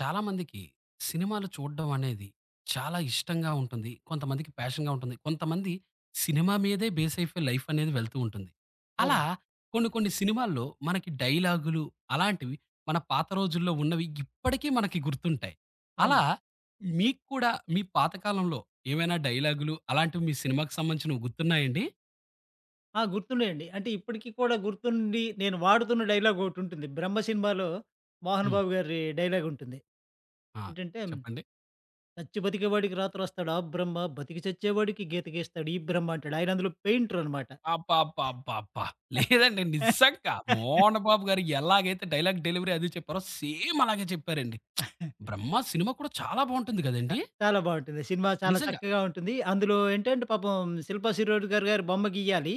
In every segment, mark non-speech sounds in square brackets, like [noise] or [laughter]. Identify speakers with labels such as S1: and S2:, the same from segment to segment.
S1: చాలామందికి సినిమాలు చూడడం అనేది చాలా ఇష్టంగా ఉంటుంది. కొంతమందికి ప్యాషన్‌గా ఉంటుంది. కొంతమంది సినిమా మీదే బేస్ అయిపోయి లైఫ్ అనేది వెళ్తూ ఉంటుంది. అలా
S2: అవునండి.
S1: కొన్ని కొన్ని సినిమాల్లో మనకి డైలాగులు అలాంటివి మన పాత రోజుల్లో ఉన్నవి ఇప్పటికీ మనకి గుర్తుంటాయి. అలా
S2: అవును.
S1: మీకు కూడా మీ పాత కాలంలో ఏమైనా డైలాగులు అలాంటివి మీ సినిమాకి సంబంధించినవి గుర్తున్నాయండి?
S2: ఆ! గుర్తున్నాయండి. అంటే ఇప్పటికి కూడా గుర్తుండి నేను వాడుతున్న డైలాగ్ ఒకటుంటుంది. 'బ్రహ్మ' సినిమాలో మోహన్
S1: హ్మ్.
S2: బాబు గారి డైలాగ్ ఉంటుంది.
S1: ఆ!
S2: ఏంటంటే
S1: చెప్పండి.
S2: చచ్చి బతికేవాడికి రాతరాస్తాడు ఆ బ్రహ్మ, బతికి చచ్చేవాడికి గీత గీస్తాడు ఈ బ్రహ్మ అంటాడు. ఆయన అందులో పెయింటర్ అనమాట.
S1: అబ్బబ్బబ్బబ్బా! లేదండి. నిజంగా మోహన్ బాబు గారు ఎలాగైతే డైలాగ్ డెలివరీ అది చెప్పారో సేమ్ అలాగే చెప్పారండి. 'బ్రహ్మ' సినిమా కూడా చాలా బావుంటుంది గదండీ!
S2: చాలా బావుంటుంది. సినిమా చాలా
S1: నిజంగా.
S2: చక్కగా ఉంటుంది. అందులో ఏంటంటే పాపం శిల్పా శిరోడ్ గారు గారి బొమ్మ గీయాలి.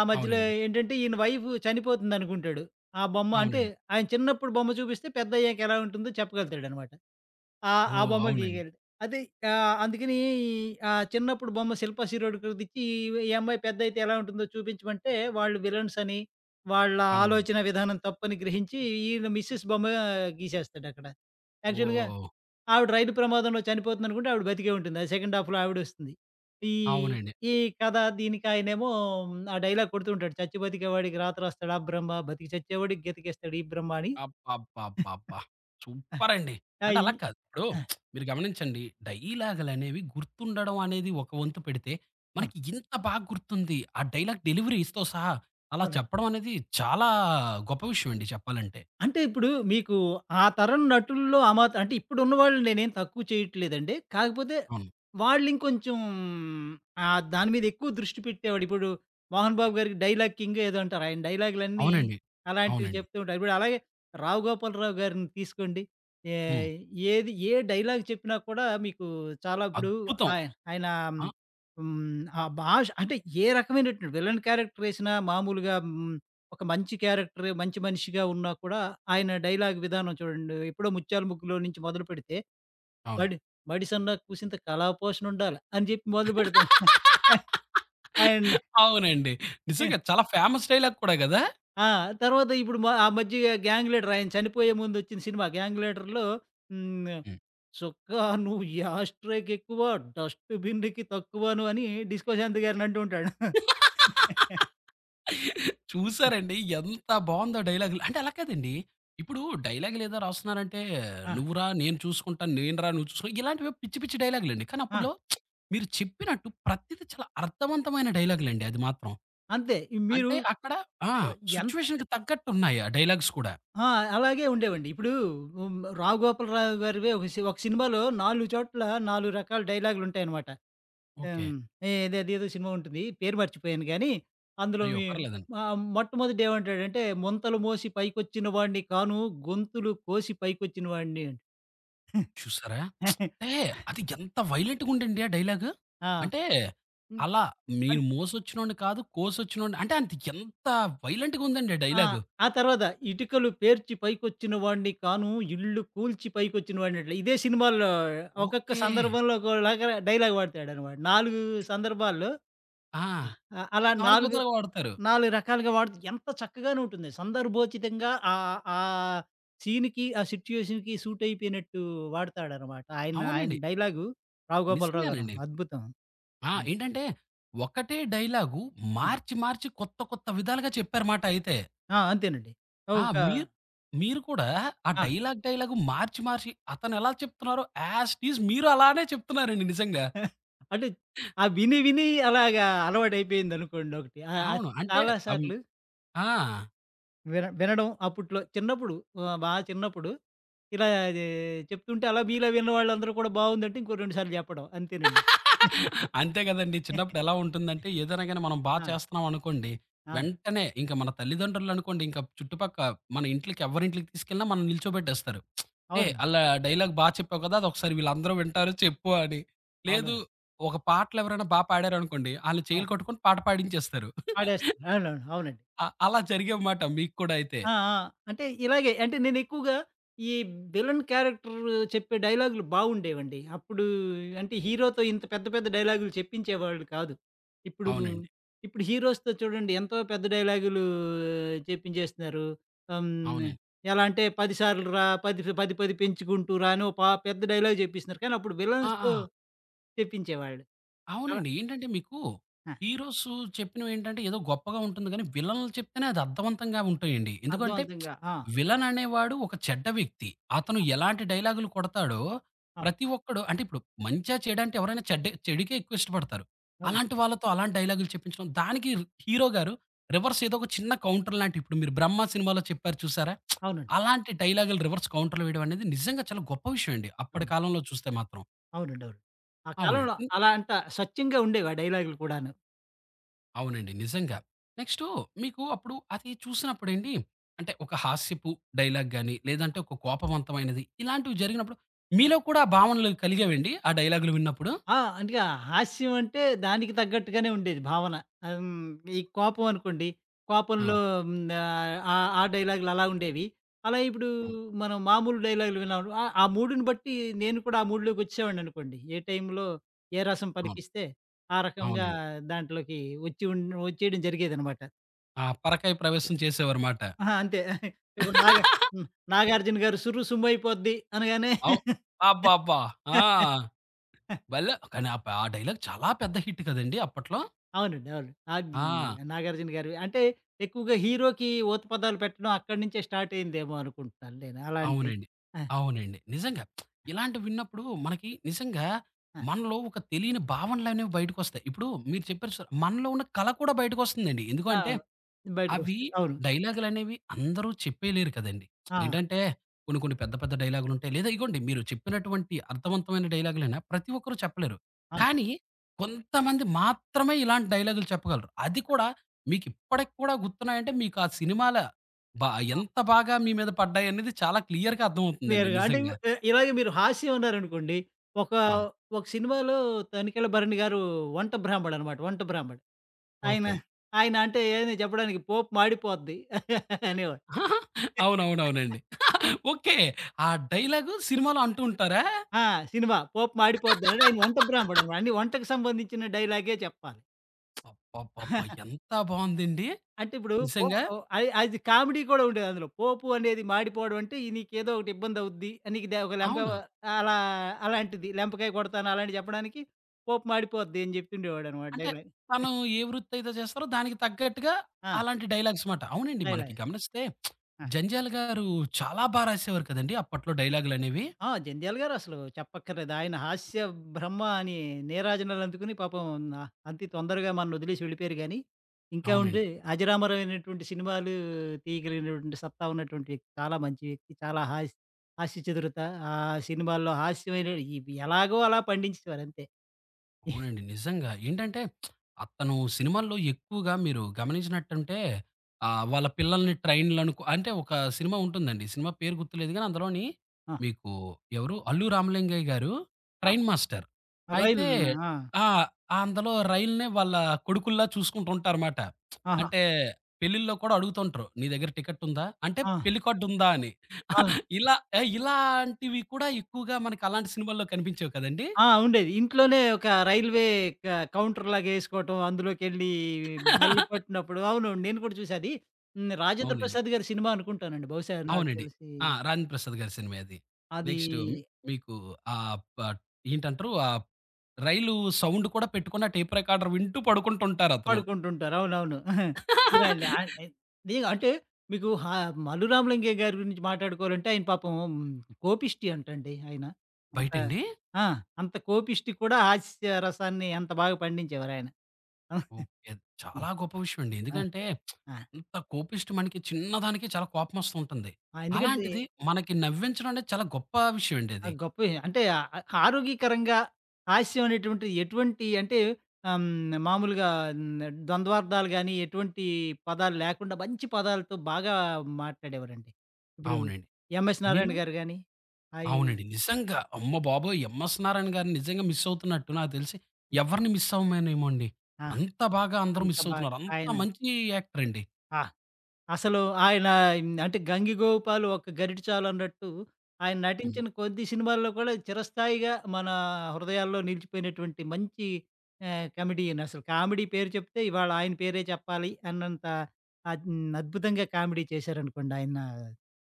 S2: ఆ మధ్యలో
S1: అవునండి.
S2: ఏంటంటే ఈయన వైఫ్ చనిపోతుందనుకుంటాడు. ఆ బొమ్మ అంటే
S1: అవునండి.
S2: ఆయన చిన్నప్పుడు బొమ్మ చూపిస్తే పెద్దయ్యాక ఎలా ఉంటుందో చెప్పగలుగుతాడనమాట. ఆ! ఆ
S1: ఓహ్!
S2: బొమ్మ
S1: అవునండి.
S2: గీయగలడు. అదే అందుకని ఆ చిన్నప్పుడు బొమ్మ శిల్పా శిరోడ్‌కది ఇచ్చి ఈ అమ్మాయి పెద్దయితే ఎలా ఉంటుందో చూపించమంటే, వాళ్ళు విలన్స్ అని, వాళ్ళ
S1: అవునండి.
S2: ఆలోచన విధానం తప్పని గ్రహించి ఈయన మిసెస్ బొమ్మ గీసేస్తాడక్కడ. యాక్చువల్‌గా
S1: ఓహ్!
S2: ఆవిడ రైలు ప్రమాదంలో చనిపోతుందనుకుంటే ఆవిడ బతికే ఉంటుంది. అది సెకండ్ హాఫ్‌లో ఆవిడొస్తుంది. ఈ
S1: అవునండి.
S2: ఈ కథ దీనికి ఆయనేమో ఆ డైలాగ్ కొడుతూ ఉంటాడు. చచ్చి బతికేవాడికి రాత రాస్తాడు ఆ బ్రహ్మ, బతికి చచ్చేవాడికి గీత గీస్తాడు ఈ బ్రహ్మ అని.
S1: అబ్బబ్బబ్బబ్బా! సూపర్ అండి.
S2: ఆ!
S1: అంటే
S2: ఈ
S1: అలా కాదు. ఇప్పుడు
S2: ఆ!
S1: మీరు గమనించండి. డైలాగులనేవి గుర్తుండడం అనేది ఒక వంతు పెడితే,
S2: అవును.
S1: మనకి ఇంత బాగా గుర్తుంది. ఆ డైలాగ్ డెలివరీ‌తో సహా అలా
S2: అవునండి.
S1: చెప్పడం అనేది చాలా గొప్ప విషయం అండి చెప్పాలంటే.
S2: అంటే ఇప్పుడు మీకు ఆ తరం నటుల్లో ఆ మాత్రం అంటే ఇప్పుడున్న వాళ్ళు నేనేం తక్కువ చేయట్లేదండి. కాకపోతే
S1: అవును.
S2: వాళ్ళు ఇంకొంచెం దాని మీద ఎక్కువ దృష్టి పెట్టేవాడు. ఇప్పుడు 'మోహన్ బాబు' గారికి 'డైలాగ్ కింగ్' ఏదో అంటారు. ఆయన డైలాగులన్నీ
S1: అవునండి.
S2: అలాంటివి
S1: అవునండి.
S2: చెప్తూ ఉంటారు. ఇప్పుడు అలాగే 'రావు గోపాలరావు' గారిని తీసుకోండి. ఏ
S1: హ్మ్.
S2: ఏది ఏ డైలాగ్ చెప్పినా కూడా మీకు చాలా ఇప్పుడు
S1: అద్భుతం.
S2: ఆయ ఆయన
S1: ఆ!
S2: హ్మ్. ఆ భాష అంటే ఏ రకమైనటువంటి విలన్ క్యారెక్టర్ వేసినా మామూలుగా హ్మ్. ఒక మంచి క్యారెక్టర్, మంచి మనిషిగా ఉన్నా కూడా ఆయన డైలాగ్ విధానం చూడండి. ఎప్పుడో 'ముత్యాల ముగ్గులో' నుంచి మొదలుపెడితే
S1: అవును.
S2: బడి బడిసన్న కూసింత కళాపోషణుండాల అని చెప్పి మొదలుపెడతాడు. ఆయన్ని
S1: అవునండి.
S2: ఎ
S1: నిజంగా చాలా ఫేమస్ డైలాగ్ కూడా గదా!
S2: ఆ! తర్వాత ఇప్పుడు ఆ మధ్య 'గ్యాంగ్ లీడర్' ఆయన చనిపోయే ముందు వచ్చిన సినిమా 'గ్యాంగ్ లీడర్‌లో' హ్మ్.
S1: హ్మ్.
S2: "చొక్కా నువ్వు యాష్‌ట్రేకి ఎక్కువ, డస్ట్ బిన్‌కి తక్కువను" అని 'డిస్కో శాంతి' గారిని అంటూ ఉంటాడు.
S1: చూసారండి. ఎంత బావుందో డైలాగులు. అంటే అలా కాదండి. ఇప్పుడు డైలాగులేదో రాస్తున్నారంటే,
S2: ఆ!
S1: "నువ్వు రా నేను చూసుకుంటాను. నేను రా నువ్వు చూసుకో" ఇలాంటివి పిచ్చి పిచ్చి డైలాగులండి. కానీ
S2: ఆ!
S1: అప్పట్లో మీరు చెప్పినట్టు ప్రతీది చాలా అర్థవంతమైన డైలాగులండి అది మాత్రం.
S2: అంతే. ఈ మీరు
S1: అంటే అక్కడ ఆ!
S2: ఆహ్, ఎంత
S1: సిట్యుయేషన్‌కి తగ్గట్టున్నాయి ఆ డైలాగ్స్ కూడా.
S2: ఆ! అలాగే ఉండేవండి. ఇప్పుడు హ్మ్, 'రాఘోపాలరావు' గారివే ఒక సినిమాలో 4 చోట్ల 4 రకాల డైలాగులుంటాయనమాట.
S1: ఓకే.
S2: హ్మ్, ఏది అదేదో సినిమా ఉంటుంది. పేరు మర్చిపోయాను గానీ, అందులో
S1: అయ్యో!
S2: మీ
S1: పర్లేదండి.
S2: మొట్టమొదట ఏమంటాడంటే, "ముంతలు మోసి పైకొచ్చిన వాడిని కాను, గొంతులు కోసి పైకొచ్చిన వాడిని" అంట.
S1: చూసారా?
S2: [laughs]
S1: అంటే అది ఎంత వైలెంట్‌గా ఉందండి ఆ డైలాగు.
S2: ఆ!
S1: అంటే
S2: హ్మ్.
S1: అలా మీరు మోసొచ్చినోడిని కాదు కోసొచ్చినోడిని అంటే అంత ఎంత వైలెంట్‌గా ఉందండి ఆ
S2: ఆ!
S1: డైలాగు.
S2: ఆ తర్వాత ఇటుకలు పేర్చి పైకొచ్చిన వాడిని కాను, ఇల్లు కూల్చి పైకొచ్చిన వాడినట్లే. ఇదే సినిమాల్లో ఒక్కొక్క
S1: ఓకే.
S2: సందర్భంలో ఒకలాగా డైలాగ్ వాడతాడనమాట. 4 సందర్భాల్లో
S1: ఆ!
S2: అలా
S1: నాలుగు విధాలుగా వాడతారు.
S2: 4 రకాలుగా వాడుతూ ఎంత చక్కగానే ఉంటుంది. సందర్భోచితంగా ఆ సీన్‌కి, ఆ సిట్యుయేషన్‌కి సూట్ అయిపోయినట్టు వాడతాడనమాట. ఆయన ఆయన
S1: అవునండి.
S2: డైలాగు 'రావు గోపాలరావు' గారు
S1: నిజంగానండి.
S2: అద్భుతం.
S1: ఆ! ఏంటంటే ఒకటే డైలాగు
S2: హ్మ్.
S1: మార్చి, మార్చి కొత్త, కొత్త విధాలుగా చెప్పారుమాట అయితే.
S2: ఆ! అంతేనండి.
S1: ఆ!
S2: ఒక
S1: మీరు మీరు కూడా ఆ
S2: ఆ!
S1: డైలాగ్, డైలాగు మార్చి, మార్చి అతనెలా చెప్తున్నారో యాజ్ ఇట్ ఈజ్ మీరు అలానే చెప్తున్నారండి నిజంగా.
S2: అంటే ఆ విని విని అలాగా అలవాటయిపోయిందనుకోండి ఒకటి. ఆహ్, ఆహ్,
S1: అవును. అంటే
S2: చాలా
S1: అం
S2: సార్లు
S1: ఆ!
S2: వినడం అప్పట్లో చిన్నప్పుడు ఆహ్, బా చిన్నప్పుడు ఇలా అది చెప్తుంటే అలా మీలా విన్న వాళ్ళందరూ కూడా బావుందంటే ఇంకో 2 సార్లు చెప్పడం అంతేనండి.
S1: అంతే గదండీ. చిన్నప్పుడు
S2: [laughs]
S1: ఎలా ఉంటుందంటే, ఏదైనా గాని మనం బా
S2: ఆ!
S1: చేస్తున్నాం అనుకోండి,
S2: ఆ!
S1: వెంటనే ఇంక మన తల్లిదండ్రులనుకోండి, ఇంక చుట్టుపక్క మన ఇంట్లకి ఎవ్వరింట్లకి తీసుకెళ్ళినా మనల్ని నిల్చోబెట్టేస్తారు. "ఏయ్!
S2: అవునండి.
S1: ఆళ్ళ డైలాగ్ బా చెప్పావు కదా! అదొకసారి వీళ్ళందరూ వింటారు చెప్పు" అని. లేదు
S2: అవునవును.
S1: ఒక పాటలెవరైనా బా పాడారనుకోండి, ఆళ్ళు చెయ్యిలు
S2: అవును.
S1: కట్టుకొని పాట పాడించేస్తారు.
S2: పాడేస్తారు. అవునవును. అవునండి.
S1: అలా జరిగాయి మాట మీకు కూడా అయితే.
S2: ఆ! ఆ! అంటే ఇలాగే అంటే నేనెక్కువగా ఈ విలన్ క్యారెక్టర్ చెప్పే డైలాగులు బావుండేవండి. అప్పుడు అంటే హీరోతో ఇంత పెద్ద పెద్ద డైలాగులు చెప్పించేవాళ్ళు కాదు. ఇప్పుడు
S1: అవునండి.
S2: ఇప్పుడు హీరోస్‌తో చూడండి ఎంతో పెద్ద డైలాగులు చెప్పించేస్తున్నారు. హ్మ్.
S1: అవునండి.
S2: ఎలా అంటే 10 సార్లు రా 10, 10, 10 పెంచుకుంటూ రా అని ఒక పా పెద్ద డైలాగ్ చెప్పిస్తున్నారు. కానీ అప్పుడు
S1: ఆ!
S2: విలన్స్‌తో
S1: ఆ!
S2: చెప్పించేవాళ్ళు. అలా
S1: అవునండి. ఏంటంటే మీకు
S2: ఆ!
S1: హీరోస్ చెప్పినవేంటంటే ఏదో గొప్పగా ఉంటుంది గానీ, విలన్లు చెప్తేనే అది అర్థవంతంగా ఉంటాయండి. ఎందుకంటే
S2: అర్థవంతంగా. ఆ!
S1: విలన్ అనేవాడు ఒక చెడ్డ వ్యక్తి. అతను ఎలాంటి డైలాగులు కొడతాడో
S2: ఆ!
S1: ప్రతి ఒక్కడు అంటే ఇప్పుడు మంచా, చెడా అంటే ఎవరైనా చెడ్డ చెడుకే ఎక్కువ ఇష్టపడతారు.
S2: అవును.
S1: అలాంటి వాళ్ళతో అలాంటి డైలాగులు చెప్పించడం దానికి హీరో గారు రివర్స్ ఏదో ఒక చిన్న కౌంటర్ లాంటి ఇప్పుడు మీరు 'బ్రహ్మ' సినిమాలో చెప్పారు చూసారా?
S2: అవునండి.
S1: అలాంటి డైలాగులు రివర్స్ కౌంటర్‌లు వేయడం అనేది నిజంగా చాలా గొప్ప విషయం అండి. అప్పటి
S2: అవును.
S1: కాలంలో చూస్తే మాత్రం.
S2: అవునండి. అవును. ఆ కాలంలో
S1: అవునండి.
S2: అలా అంట స్వచ్ఛంగా ఉండేవి ఆ డైలాగులు కూడాను.
S1: అవునండి. నిజంగా. నెక్స్టు మీకు అప్పుడు అది చూసినప్పుడండి అంటే ఒక హాస్యపు డైలాగ్ గాని, లేదంటే ఒక కోపవంతమైనది ఇలాంటివి జరిగినప్పుడు మీలో కూడా ఆ భావనలు కలిగేవండి ఆ డైలాగులు విన్నప్పుడు?
S2: ఆ! అందుకే ఆ హాస్యం అంటే దానికి తగ్గట్టుగానే ఉండేది భావన. ఆహ్, హ్మ్. ఈ కోపం అనుకోండి.
S1: ఆ!
S2: కోపంలో హ్మ్. ఆహ్, ఆ ఆ డైలాగులు అలా ఉండేవి. అలా ఇప్పుడు
S1: అవును.
S2: మనం మామూలు డైలాగులు విన్నాం. ఆ ఆ మూడ్‌ని బట్టి నేను కూడా ఆ మూడ్‌లోకి వచ్చేవాడిననుకోండి. ఏ టైంలో ఏ రసం
S1: అవును.
S2: పలికిస్తే ఆ రకంగా
S1: అవునండి.
S2: దాంట్లోకి వచ్చి ఉం వచ్చేయడం జరిగేదనమాట.
S1: ఆ పరకాయ ప్రవేశం చేసేవారుమాట.
S2: ఆహా! అంతే. ఇప్పుడు హ్మ్. 'నాగార్జున గారు' సుర్రు సుమ్ము అయిపోద్ది అనగానే
S1: అవు అబ్బబ్బా! ఆ!
S2: [laughs]
S1: భలే! కానీ ఆ డైలాగ్ చాలా పెద్ద హిట్ కదండీ అప్పట్లో.
S2: అవునండి. అవును. అది
S1: ఆ!
S2: 'నాగార్జున' గారివి. అంటే ఎక్కువగా హీరోకి ఓత పదాలు పెట్టడం అక్కడి నుంచే స్టార్ట్ అయిందేమో అనుకుంటున్నాను నేను. అలాంటి
S1: అవునండి.
S2: ఆ!
S1: అవునండి. నిజంగా. ఇలాంటివి విన్నప్పుడు మనకి నిజంగా
S2: ఆ!
S1: మనలో ఒక తెలియని భావనలనేవి బయటకొస్తాయి. ఇప్పుడు మీరు చెప్పారు చూసారా! మనలో ఉన్న కళ కూడా బయటకొస్తుందండి. ఎందుకు
S2: ఆ!
S1: అంటే, అవి
S2: బయటకొస్తాయి. అవును.
S1: డైలాగులనేవి అందరూ చెప్పేయలేరు కదండీ!
S2: ఆ!
S1: ఏంటంటే కొన్ని కొన్ని పెద్ద పెద్ద డైలాగులుంటాయి. లేదా ఇగోండి మీరు చెప్పినటువంటి అర్థవంతమైన డైలాగులైనా ప్రతి ఒక్కరు చెప్పలేరు.
S2: ఆ!
S1: కానీ కొంతమంది మాత్రమే ఇలాంటి డైలాగులు చెప్పగలరు. అది కూడా మీకిప్పటికి కూడా గుర్తున్నాయంటే మీకు ఆ సినిమాల బా ఎంత బాగా మీ మీద పడ్డాయనేది చాలా క్లియర్‌గా అర్థమవుతుందండి
S2: క్లియర్‌గా అంటే
S1: నిజంగా.
S2: ఇలాగే మీరు హాస్యం అన్నారనుకోండి. ఒక,
S1: అవును.
S2: ఒక సినిమాలో 'తనికెళ్ళ భరణి' గారు వంట బ్రాహ్మడు అనమాట. వంట బ్రాహ్మడు. ఆయన,
S1: ఓకే.
S2: ఆయన అంటే ఏది చెప్పడానికి పోపు మాడిపోద్ది [laughs] అనేవాడు.
S1: అవునవునవునండి. [laughs] ఓకే. ఆ డైలాగు సినిమాలో అంటూ ఉంటారా?
S2: ఆ! సినిమా పోపు మాడిపోద్ది అని ఆయన వంట బ్రాహ్మడు
S1: [laughs]
S2: అనమాట. అన్ని వంటకు సంబంధించిన డైలాగే చెప్పాలి.
S1: అబ్బబ్బబ్బా! ఎంత బావుందండి.
S2: అంటే ఇప్పుడు
S1: నిజంగా
S2: ఓహ్, అది అది కామెడీ కూడా ఉండేది అందులో. పోపు అనేది మాడిపోవడం అంటే ఈ నీకేదో ఒకటి ఇబ్బంది అవుద్ది. నీకు ఒక లెంప
S1: అవును.
S2: అలా అలాంటిది. లెంపకాయ కొడతాను అలాంటివి చెప్పడానికి పోపు మాడిపోద్ది అని చెప్తుండేవాడనమాట
S1: అంటే
S2: డైలాగ్.
S1: తను ఏ వృత్తయితే చేస్తారో దానికి తగ్గట్టుగా
S2: ఆ!
S1: అలాంటి డైలాగ్స్ మాట. అవునండి. మనకి
S2: డైలాగ్.
S1: గమనిస్తే 'జంధ్యాల' గారు చాలా బా రాసేవారు కదండీ! అప్పట్లో డైలాగులనేవి.
S2: ఆ! జంధ్యాల గారు అసలు చెప్పక్కర్లేదు. ఆయన హాస్య బ్రహ్మ అని నీరాజనాలు అందుకుని పాపం నా అంతి తొందరగా మననొదిలేసి వెళ్ళిపోయారు గానీ, ఇంకా ఉంటే
S1: అవునండి.
S2: అజరామరమైనటువంటి సినిమాలు తీయగలిగినటువంటి సత్తా ఉన్నటువంటి వ్యక్తి. చాలా మంచి వ్యక్తి. చాలా హాస్ హాస్య చతురత. ఆ సినిమాల్లో హాస్యమైన ఇవి ఎలాగో అలా పండించేవారంతే.
S1: అవునండి. నిజంగా. ఏంటంటే అతను సినిమాల్లో ఎక్కువగా మీరు గమనించినట్టుంటే వాళ్ళ పిల్లల్ని ట్రైన్‌లనుకో అంటే ఒక సినిమా ఉంటుందండి. సినిమా పేరు గుర్తులేదు గానీ అందులోని
S2: ఆ!
S1: మీకు ఎవరు 'అల్లు రామలింగయ్య' గారు
S2: ఆ!
S1: Train master. అయితే
S2: రైల్ ఆ!
S1: ఆ! ఆ అందులో రైల్‌నే వాళ్ళ కొడుకుల్లా చూసుకుంటూ ఉంటారుమాట.
S2: ఆహా!
S1: అంటే పెళ్ళిల్లో కూడా అడుగుతుంటారు. "నీ దగ్గర టికెట్ ఉందా?" అంటే
S2: ఆ!
S1: పెళ్లి కార్డ్ ఉందా అని.
S2: ఆ!
S1: ఇలా ఇలాంటివి కూడా ఎక్కువగా మనకి అలాంటి సినిమాల్లో కనిపించేవి కదండీ!
S2: ఆ! ఉండేది. ఇంట్లోనే ఒక రైల్వే క కౌంటర్‌లాగా ఏసుకోవటం, అందులోకెళ్ళి బెల్
S1: [laughs]
S2: కొట్టినప్పుడు అవును. నేను కూడా చూసా అది. హ్మ్. రాజేంద్ర
S1: అవునండి.
S2: ప్రసాద్ గారి సినిమా అనుకుంటానండి. బహుశా నాకు
S1: అవునండి.
S2: తెలిసి
S1: ఆ! 'రాజేంద్ర ప్రసాద్' గారి సినిమే అది.
S2: అది
S1: నెక్స్ట్ మీ మీకు ఆహ్, ప ఏంటంటారు రైలు సౌండ్ కూడా పెట్టుకొని ఆ టేప్ రికార్డర్ వింటూ పడుకుంటుంటారతను.
S2: పాడుకుంటుంటారు. అవునవును. [laughs] ఇలాంటి ఆహ్, ఎ నేను అంటే మీకు మల్లు రామలింగయ్య గారి గురించి మాట్లాడుకోవాలంటే ఆయన పాపం కోపిష్టి అంటండి ఆయన. అంత
S1: బయటండి?
S2: ఆ! అంత కోపిష్టి కూడా హాస్య రసాన్ని అంత బాగా పండించేవారాయన. [laughs]
S1: ఓకే. చాలా గొప్ప విషయం అండి.
S2: ఆ!
S1: ఎందుకంటే
S2: ఆ!
S1: ఇంత కోపిష్టి మనకి చిన్నదానికే చాలా కోపమొస్తూ ఉంటుంది.
S2: ఆ! ఎందుకంటే
S1: అలాంటిది మనకి నవ్వించడం అనేది చాలా గొప్ప విషయం అండి
S2: ఆ!
S1: అది.
S2: గొప్పవి. అంటే ఆహ్, ఆహ్, ఆరోగ్యకరంగా హాస్యం అనేటువంటిది ఎటువంటి అంటే ఆహ్, హ్మ్. మామూలుగా హ్మ్. ద్వంద్వార్థాలు గాని, ఎటువంటి పదాలు లేకుండా మంచి పదాలతో బాగా మాట్లాడేవారండి. ఇప్పుడు
S1: అవునండి.
S2: 'ఎంఎస్
S1: మీరు
S2: నారాయణ' గారు గాని, ఆయన
S1: అవునండి. నిజంగా. అమ్మ బాబోయ్! ఎంఎస్ నారాయణ గారిని నిజంగా మిస్ అవుతున్నట్టు నాకు తెలిసి ఎవరిని మిస్ అవ్వమేనేమో అండి.
S2: ఆ!
S1: అంత బాగా అందరూ
S2: అంత
S1: మిస్
S2: బాగా
S1: అవుతున్నారు. అంత
S2: ఆయన
S1: మంచి యాక్టర్ అండి.
S2: ఆ! అసలు ఆయన అంటే 'గంగిగోపాల్ ఒక్క గరిటె చాలు' అన్నట్టు ఆయన
S1: హ్మ్.
S2: నటించిన కొద్ది సినిమాల్లో కూడా చిరస్థాయిగా మన హృదయాల్లో నిలిచిపోయినటువంటి మంచి కమెడియన్. అసలు కామెడీ పేరు చెప్తే ఇవాళ ఆయన పేరే చెప్పాలి అన్నంత అద్ అద్భుతంగా కామెడీ చేశారనుకోండి ఆయన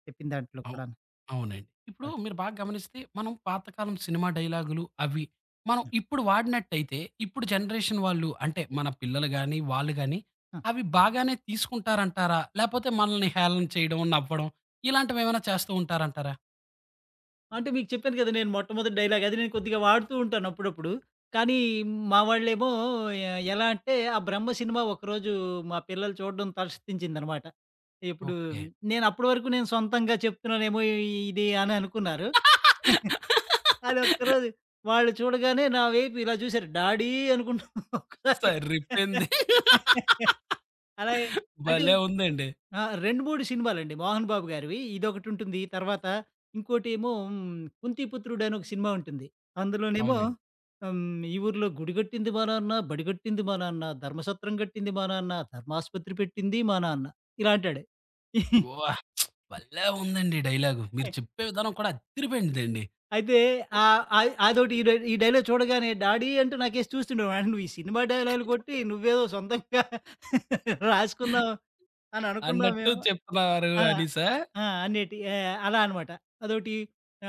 S2: చెప్పిన దాంట్లో
S1: అవు
S2: కూడాను.
S1: అవునండి. ఇప్పుడు
S2: అస్
S1: మీరు బాగా గమనిస్తే మనం పాతకాలం సినిమా డైలాగులు అవి మనం
S2: హ్మ్.
S1: ఇప్పుడు వాడినట్టయితే ఇప్పుడు జనరేషన్ వాళ్ళు అంటే మన పిల్లలు గాని, వాళ్ళు గాని
S2: ఆ!
S1: అవి బాగానే తీసుకుంటారంటారా? లేపోతే మనల్ని హేళన చేయడం, నవ్వడం ఇలాంటివేమైనా చేస్తూ ఉంటారంటారా?
S2: అంటే మీకు చెప్పాను కదా! నేను మొట్టమొదటి డైలాగ్ అది నేను కొద్దిగా వాడుతూ ఉంటాను అప్పుడప్పుడు. కానీ మా వాళ్ళేమో ఎలా అంటే ఆ 'బ్రహ్మ' సినిమా ఒకరోజు మా పిల్లలు చూడడం తలపించిందనమాట. ఇప్పుడు
S1: ఓకే.
S2: నేను అప్పటి వరకు నేను సొంతంగా చెప్తున్నానేమో ఇది అని అనుకున్నారు. అది
S1: [laughs]
S2: ఒక్కరోజు వాళ్ళు చూడగానే నా వైపు ఇలా చూసారు. డాడీ అనుకుంటూ [laughs] ఒకసారి
S1: సరిపోయింది.
S2: అలాగే అంటే
S1: భలే ఉందండి.
S2: ఆ! 2, 3 సినిమాలండి. 'మోహన్ బాబు' గారివి. ఇదొకటుంటుంది. తర్వాత ఇంకోటేమో హ్మ్, 'కుంతిపుత్రుడు' అని ఒక సినిమా ఉంటుంది. అందులోనేమో
S1: అవునండి.
S2: హ్మ్, ఈ ఊర్లో గుడి గట్టింది మా నాన్న, బడి గట్టింది మా నాన్న, ధర్మసత్రం గట్టింది మా నాన్న, ధర్మాసుపత్రి పెట్టింది మా నాన్న ఇలా అంటాడు. [laughs]
S1: "ఉవ్వ! భలే ఉందండి డైలాగు. మీరు చెప్పే విధానం కూడా అద్దిరిపోయిందండి"
S2: అయితే ఆహ్, అయ్ అదోటి ఈ డై ఈ డైలాగ్ చూడగానే డాడీ అంటూ నాకేసి చూస్తుండేవాడు. "ఆ, నువ్వు ఈ సినిమా డైలాగులు కొట్టి నువ్వేదో సొంతంగా [laughs] రాసుకున్నావు అని అనుకున్నాం
S1: అన్నట్టు
S2: మేము.
S1: చెప్తున్నారు
S2: ఆ!
S1: అనీసా?
S2: ఆ! అన్నిటి అలా అనమాట. అదోటి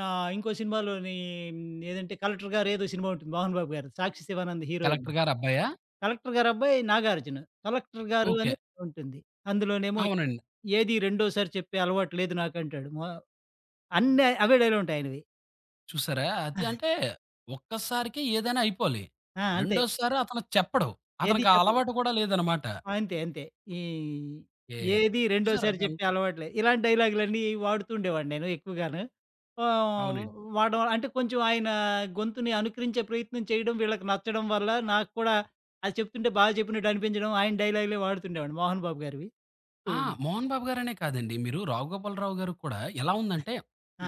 S2: ఇంకో సినిమాలోని హ్మ్, ఏదంటే 'కలెక్టర్ గారు' ఏదో సినిమా ఉంటుంది మోహన్ బాబు గారు. సాక్షి శివానంద్ హీరోయిన్.
S1: కలెక్టర్ గారు అబ్బాయా?
S2: కలెక్టర్ గారి అబ్బాయి నాగార్జున. 'కలెక్టర్ గారు'
S1: ఓకే.
S2: అని ఉంటుంది. అందులోనేమో
S1: అవునండి.
S2: "ఏది రెండోసారి చెప్పే అలవాటు లేదు నాకంటాడు." అన్నీ అవే డైలాగులుంటాయి ఆయనవి.
S1: చూసారా? అది అంటే ఒక్కసారికే ఏదైనా అయిపోవాలి.
S2: ఆ! అంతే.
S1: రెండోసారి అతను చెప్పడు.
S2: ఏది
S1: అతనికి ఆ
S2: చెప్పడు.
S1: అలవాటు కూడా లేదనమాట.
S2: అంతే. అంతే. ఈ
S1: ఏ
S2: ఏది
S1: చూసారా?
S2: రెండోసారి చెప్పే అలవాట్లేదు. ఇలాంటి డైలాగులన్నీ వాడుతూ ఉండేవాడిని నేను ఎక్కువగాను. ఆహ్,
S1: అవునండి.
S2: వాడడం వల్ల- అంటే కొంచెం ఆయన గొంతుని అనుకరించే ప్రయత్నం చేయడం వీళ్ళకి నచ్చడం వల్ల నాకు కూడా అది చెప్తుంటే బాగా చెప్పినట్టు అనిపించడం ఆయన డైలాగులే వాడుతుండేవాడిని 'మోహన్ బాబు' గారివి. సో
S1: ఆ! 'మోహన్ బాబు' గారనే కాదండి. మీరు 'రావు గోపాలరావు' గారికి కూడా ఎలా ఉందంటే,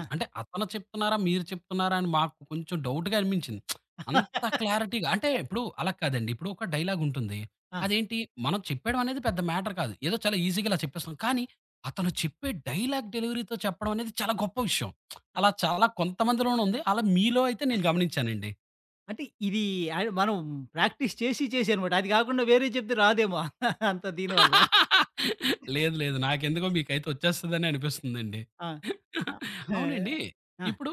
S2: ఆ!
S1: అంటే అతను చెప్తున్నారా? మీరు చెప్తున్నారా? అని మాకు కొంచెం డౌట్‌గా అనిపించింది. అంత క్లారిటీగా అంటే ఇప్పుడు అలా కాదండి. ఇప్పుడు ఒక డైలాగ్ ఉంటుంది.
S2: ఆ!
S1: అదేంటి మనం చెప్పేయడం అనేది పెద్ద మ్యాటర్ కాదు. ఏదో చాలా ఈజీగా ఇలా చెప్పేస్తున్నాం. కానీ అతను చెప్పే డైలాగ్ డెలివరీతో చెప్పడం అనేది చాలా గొప్ప విషయం.
S2: అ-
S1: అలా చాలా కొంతమందిలోనే ఉంది. అలా మీలో అయితే నేను గమనించానండి.
S2: అంటే ఇది మనం ప్రాక్టీస్ చేసి చేసి అనమాట. అది కాకుండా వేరే చెప్తే రాదేమో [laughs] అంత దీనివల్ల.
S1: లేదు లేదు. నాకెందుకో మీకైతే వచ్చేస్తదని అనిపిస్తుందండి.
S2: ఆ! ఆ!
S1: అవునండి.
S2: ఆ!
S1: ఇప్పుడు,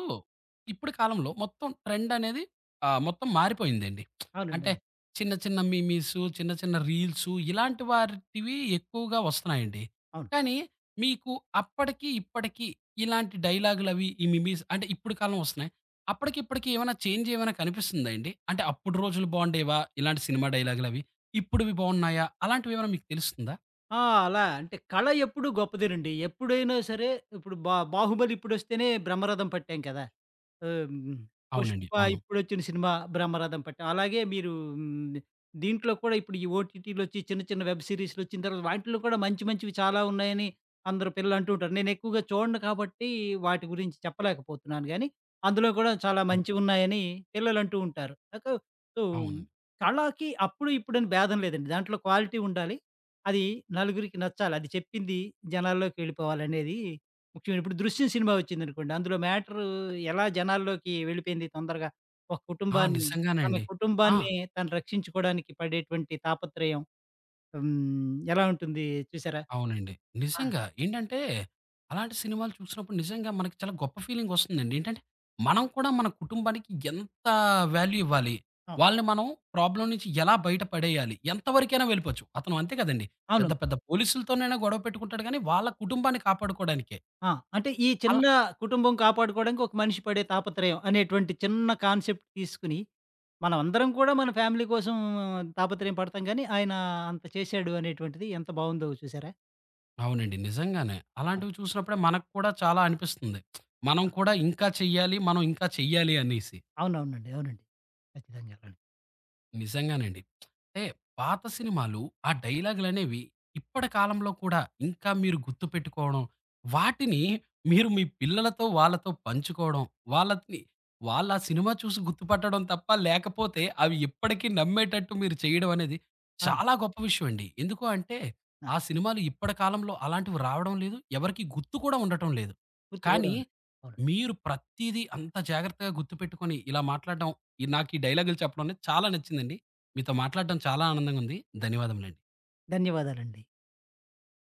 S1: ఇప్పుడు కాలంలో మొత్తం ట్రెండ్ అనేది మొత్తం మారిపోయిందండి.
S2: అవునండి.
S1: అంటే
S2: అవును.
S1: చిన్న చిన్న మిమీస్, చిన్న చిన్న రీల్సు ఇలాంటి వాటివి ఎక్కువగా వస్తున్నాయండి.
S2: అవును.
S1: కానీ మీకు అప్పటికి, ఇప్పటికి ఇలాంటి డైలాగులవి ఈ మిమీస్ అంటే ఇప్పుడు కాలం వస్తున్నాయి. అప్పటికి, ఇప్పటికి ఏమైనా చేంజ్ ఏమైనా కనిపిస్తుందా అండి? అంటే అప్పుడు రోజులు బాగుండేవా ఇలాంటి సినిమా డైలాగులవి? ఇప్పుడువి బాగున్నాయా? అలాంటివేమైనా మీకు తెలుస్తుందా?
S2: ఆ! అలా అంటే కళ ఎప్పుడూ గొప్పదేనండి. ఎప్పుడైనా సరే ఇప్పుడు 'బాహుబలి' ఇప్పుడొస్తేనే బ్రహ్మరథం పట్టాం కదా! ఆహ్, హ్మ్.
S1: అవునండి.
S2: 'పుష్ప'
S1: అవును.
S2: ఇప్పుడొచ్చిన సినిమా 'బ్రహ్మరథం పట్టం.' అలాగే మీరు హ్మ్, దీంట్లో కూడా ఇప్పుడు ఈ ఓటీటీలొచ్చి చిన్న చిన్న వెబ్ సీరీస్‌లొచ్చిన తర్వాత వాటిలో కూడా మంచి మంచివి చాలా ఉన్నాయని అందరూ పిల్లలు అంటూ ఉంటారు. నేనెక్కువగా చూడను కాబట్టి వాటి గురించి చెప్పలేకపోతున్నాను గానీ, అందులో కూడా చాలా
S1: అవును.
S2: మంచివున్నాయని పిల్లలంటూ ఉంటారు. నాకు సో,
S1: అవునండి.
S2: కళకి అప్పుడు ఇప్పుడని భేదం లేదండి. దాంట్లో క్వాలిటీ ఉండాలి. అది నలుగురికి నచ్చాలి. అది చెప్పింది జనాల్లోకెళ్ళిపోవాలనేది ముఖ్యమైన ఇప్పుడు 'దృశ్యం' సినిమా వచ్చిందనుకోండి. అందులో మ్యాటరు ఎలా జనాల్లోకి వెళ్ళిపోయింది తొందరగా. ఒక
S1: ఆ!
S2: కుటుంబాన్ని తన
S1: నిజంగానండి. ఆ!
S2: కుటుంబాన్ని తను రక్షించుకోవడానికి పడేటువంటి తాపత్రయం హ్మ్. ఎలా ఉంటుంది చూసారా?
S1: అవునండి.
S2: ఆ!
S1: నిజంగా. ఏంటంటే, అలాంటి సినిమాలు చూసినప్పుడు నిజంగా మనకి చాలా గొప్ప ఫీలింగొస్తుందండి. ఏంటంటే, మనం కూడా మన కుటుంబానికి ఎంత వాల్యూ ఇవ్వాలి?
S2: ఆ!
S1: వాళ్ళని మనం ప్రాబ్లమ్ నుంచి ఎలా బయట పడేయాలి? ఎంత వరకైనా వెళ్ళిపోవచ్చు. అతను అంతే కదండీ. పెద్ద
S2: అవును.
S1: పెద్ద పోలీసులతోనైనా గొడవ పెట్టుకుంటాడు గానీ, వాళ్ళ కుటుంబాన్ని కాపాడుకోవడానికే.
S2: ఆ! అంటే ఈ చిన్న కుటుంబం కాపాడుకోవడానికి ఒక మనిషి పడే తాపత్రయం అనేటువంటి చిన్న కాన్సెప్ట్ తీసుకొని, మనమందరం కూడా మన ఫ్యామిలీ కోసం తాపత్రయం పడతాం గానీ, ఆయన అంత చేశాడు అనేటువంటిది ఎంత బావుందో చూసారా?
S1: అవునండి. నిజంగానే. అలాంటివి చూసినప్పుడే మనకు కూడా చాలా అనిపిస్తుంది. మనం కూడా ఇంకా చెయ్యాలి, మనం ఇంకా చెయ్యాలి అనేసి.
S2: అవునవునండి. అవునండి. ఖచ్చితంగా. అలానే.
S1: నిజంగానండి. అంటే పాత సినిమాలు ఆ డైలాగులనేవి ఇప్పటి కాలంలో కూడా ఇంకా మీరు గుర్తుపెట్టుకోవడం, వాటిని మీరు మీ పిల్లలతో, వాళ్ళతో పంచుకోవడం, వాళ్ళని వాళ్ళా సినిమా చూసి గుర్తుపట్టడం తప్ప లేకపోతే అవి ఇప్పటికీ నమ్మేటట్టు మీరు చేయడం అనేది
S2: అవును.
S1: చాలా గొప్ప విషయం అండి. ఎందుకు అంటే
S2: ఆ!
S1: ఆ సినిమాలు ఇప్పటి కాలంలో అలాంటివి రావడం లేదు. ఎవరికీ గుర్తు కూడా ఉండటం లేదు.
S2: గుర్తు కూడా
S1: కానీ
S2: ఉంది. అవునండి.
S1: మీరు ప్రతీదీ అంత జాగ్రత్తగా గుర్తుపెట్టుకొని ఇలా మాట్లాడడం ఈ నాకు ఈ డైలాగులు చెప్పడం అనేది చాలా నచ్చిందండి. మీతో మాట్లాడడం చాలా ఆనందంగా ఉంది. ధన్యవాదములండి.
S2: ధన్యవాదాలండి.